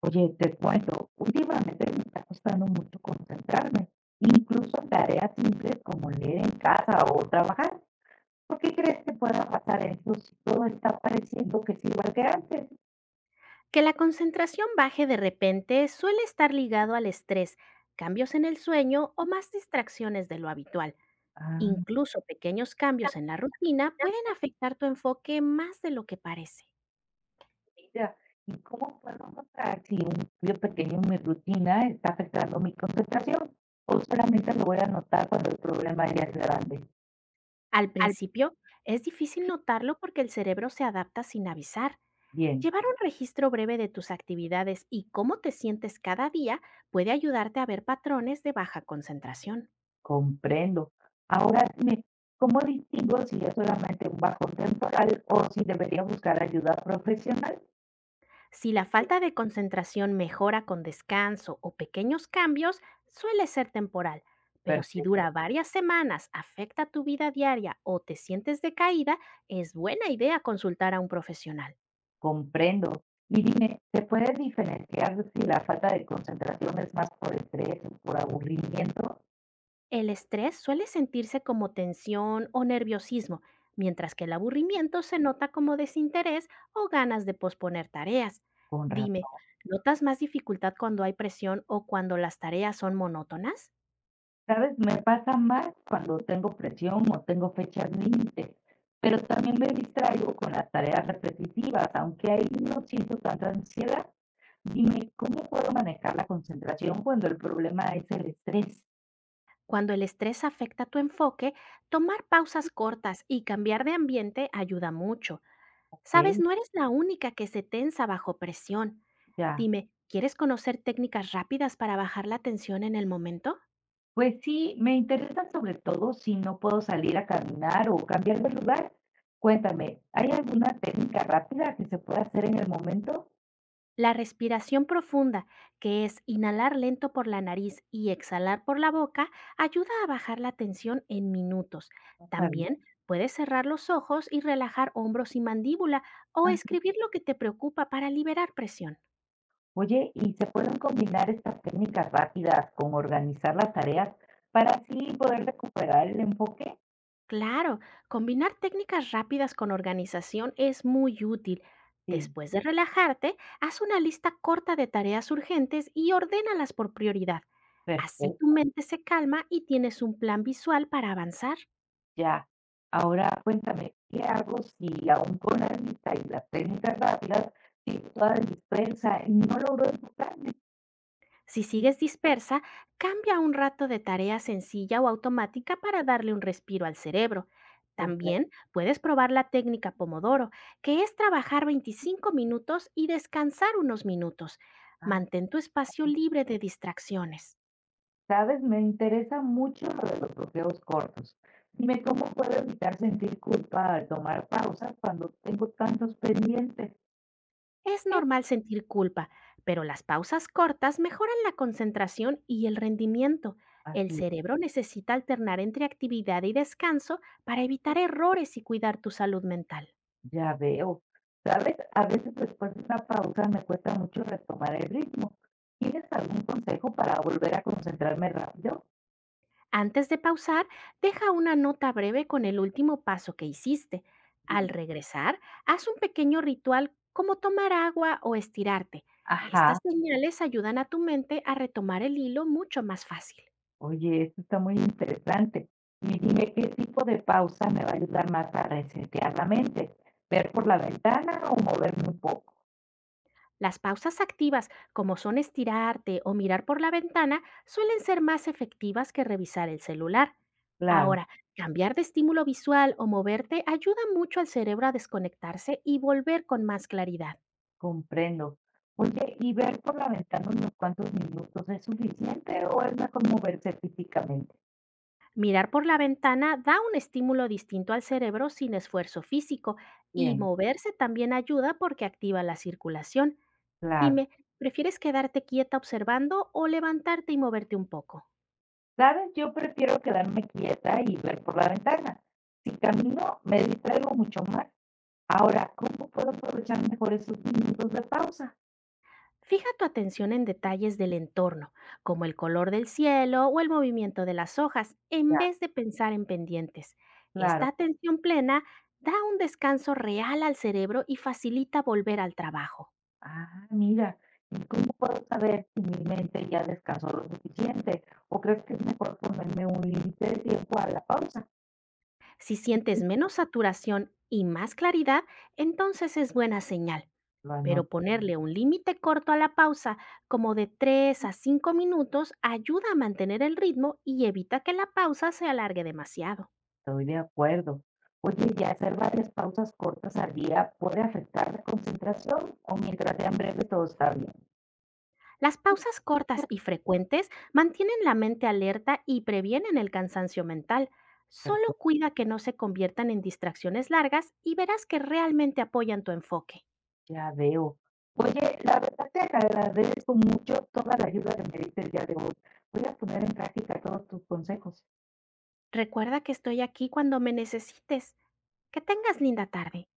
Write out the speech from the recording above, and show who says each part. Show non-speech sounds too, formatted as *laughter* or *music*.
Speaker 1: Oye, te cuento, últimamente me está costando mucho concentrarme, incluso en tareas simples como leer en casa o trabajar. ¿Por qué crees que pueda pasar eso si todo está pareciendo que es igual que antes?
Speaker 2: Que la concentración baje de repente suele estar ligado al estrés, cambios en el sueño o más distracciones de lo habitual.
Speaker 1: Ah,
Speaker 2: Incluso pequeños cambios en la rutina pueden afectar tu enfoque más de lo que parece.
Speaker 1: mira, ¿y cómo puedo notar si un cambio pequeño en mi rutina está afectando mi concentración? ¿O solamente lo voy a notar cuando el problema ya es grande?
Speaker 2: Al
Speaker 1: Al
Speaker 2: principio, es difícil notarlo porque el cerebro se adapta sin avisar.
Speaker 1: Bien.
Speaker 2: Llevar un registro breve de tus actividades y cómo te sientes cada día puede ayudarte a ver patrones de baja concentración.
Speaker 1: Comprendo. Ahora dime, ¿cómo distingo si es solamente un bajón temporal o si debería buscar ayuda profesional?
Speaker 2: Si la falta de concentración mejora con descanso o pequeños cambios, suele ser temporal, pero si
Speaker 1: Perfecto,
Speaker 2: dura varias semanas, afecta tu vida diaria o te sientes decaída, es buena idea consultar a un profesional.
Speaker 1: comprendo. Y dime, ¿se puede diferenciar si la falta de concentración es más por estrés o por aburrimiento?
Speaker 2: El estrés suele sentirse como tensión o nerviosismo, mientras que el aburrimiento se nota como desinterés o ganas de posponer tareas.
Speaker 1: Con
Speaker 2: Dime,
Speaker 1: razón.
Speaker 2: *laughs* ¿notas más dificultad cuando hay presión o cuando las tareas son monótonas?
Speaker 1: ¿Sabes? Me pasa más cuando tengo presión o tengo fechas límite, pero también me distraigo con las tareas repetitivas, aunque ahí no siento tanta ansiedad. Dime, ¿cómo puedo manejar la concentración cuando el problema es el estrés?
Speaker 2: Cuando el estrés afecta tu enfoque, tomar pausas cortas y cambiar de ambiente ayuda mucho. Sabes,
Speaker 1: Ok.
Speaker 2: no eres la única que se tensa bajo presión.
Speaker 1: Ya.
Speaker 2: Dime, ¿quieres conocer técnicas rápidas para bajar la tensión en el momento?
Speaker 1: Pues sí, me interesa sobre todo si no puedo salir a caminar o cambiar de lugar. Cuéntame, ¿hay alguna técnica rápida que se pueda hacer en el momento?
Speaker 2: La respiración profunda, que es inhalar lento por la nariz y exhalar por la boca, ayuda a bajar la tensión en minutos.
Speaker 1: No sabía.
Speaker 2: También puedes cerrar los ojos y relajar hombros y mandíbula o escribir lo que te preocupa para liberar presión.
Speaker 1: Oye, ¿y se pueden combinar estas técnicas rápidas con organizar las tareas para así poder recuperar el enfoque?
Speaker 2: Claro, combinar técnicas rápidas con organización es muy útil.
Speaker 1: Sí,
Speaker 2: Después de relajarte, haz una lista corta de tareas urgentes y ordénalas por prioridad. Así tu
Speaker 1: perfecto.
Speaker 2: mente se calma y tienes un plan visual para avanzar.
Speaker 1: Ya. Ahora cuéntame, ¿qué hago si aún con la mitad y las técnicas rápidas, sigo toda dispersa y no logro enfocarme
Speaker 2: Si sigues dispersa, cambia un rato de tarea sencilla o automática para darle un respiro al cerebro.
Speaker 1: completamente?
Speaker 2: También puedes probar la técnica Pomodoro, que es trabajar 25 minutos y descansar unos minutos. Mantén tu espacio libre de distracciones.
Speaker 1: ¿Sabes? Me interesa mucho lo de los bloqueos cortos. Dime cómo puedo evitar sentir culpa al tomar pausas cuando tengo tantos pendientes.
Speaker 2: Es normal sentir culpa, pero las pausas cortas mejoran la concentración y el rendimiento. El
Speaker 1: Así es.
Speaker 2: cerebro necesita alternar entre actividad y descanso para evitar errores y cuidar tu salud mental.
Speaker 1: Ya veo. ¿Sabes? A veces después de una pausa me cuesta mucho retomar el ritmo. ¿Tienes algún consejo para volver a concentrarme rápido?
Speaker 2: Antes de pausar, deja una nota breve con el último paso que hiciste. Al
Speaker 1: Bien.
Speaker 2: regresar, haz un pequeño ritual como tomar agua o estirarte.
Speaker 1: Ajá.
Speaker 2: Estas señales ayudan a tu mente a retomar el hilo mucho más fácil.
Speaker 1: Oye, esto está muy interesante. Y dime qué tipo de pausa me va a ayudar más a resetear la mente, ver por la ventana o moverme un poco.
Speaker 2: Las pausas activas, como son estirarte o mirar por la ventana, suelen ser más efectivas que revisar el celular.
Speaker 1: Claro,
Speaker 2: Ahora, cambiar de estímulo visual o moverte ayuda mucho al cerebro a desconectarse y volver con más claridad.
Speaker 1: comprendo. Oye, ¿y ver por la ventana unos cuantos minutos es suficiente o es mejor moverse físicamente?
Speaker 2: Mirar por la ventana da un estímulo distinto al cerebro sin esfuerzo físico y
Speaker 1: Bien,
Speaker 2: moverse también ayuda porque activa la circulación.
Speaker 1: claro.
Speaker 2: Dime, ¿prefieres quedarte quieta observando o levantarte y moverte un poco?
Speaker 1: Sabes, yo prefiero quedarme quieta y ver por la ventana. Si camino, me distraigo mucho más. Ahora, ¿cómo puedo aprovechar mejor esos minutos de pausa?
Speaker 2: Fija tu atención en detalles del entorno, como el color del cielo o el movimiento de las hojas, en
Speaker 1: Ya,
Speaker 2: vez de pensar en pendientes.
Speaker 1: claro.
Speaker 2: Esta atención plena da un descanso real al cerebro y facilita volver al trabajo.
Speaker 1: Ah, mira, ¿y cómo puedo saber si mi mente ya descansó lo suficiente? ¿O crees que es mejor ponerme un límite de tiempo a la pausa?
Speaker 2: Si sientes menos saturación y más claridad, entonces es buena señal.
Speaker 1: Bueno,
Speaker 2: Pero ponerle un límite corto a la pausa, como de 3 a 5 minutos, ayuda a mantener el ritmo y evita que la pausa se alargue demasiado.
Speaker 1: estoy de acuerdo. Oye, ¿y hacer varias pausas cortas al día puede afectar la concentración o mientras sean breves todo está bien?
Speaker 2: Las pausas cortas y frecuentes mantienen la mente alerta y previenen el cansancio mental.
Speaker 1: Perfecto,
Speaker 2: Solo cuida que no se conviertan en distracciones largas y verás que realmente apoyan tu enfoque.
Speaker 1: ya veo. Oye, la verdad te agradezco mucho toda la ayuda que me diste el día de hoy. Voy a poner en práctica todos tus consejos.
Speaker 2: Recuerda que estoy aquí cuando me necesites. Que tengas linda tarde.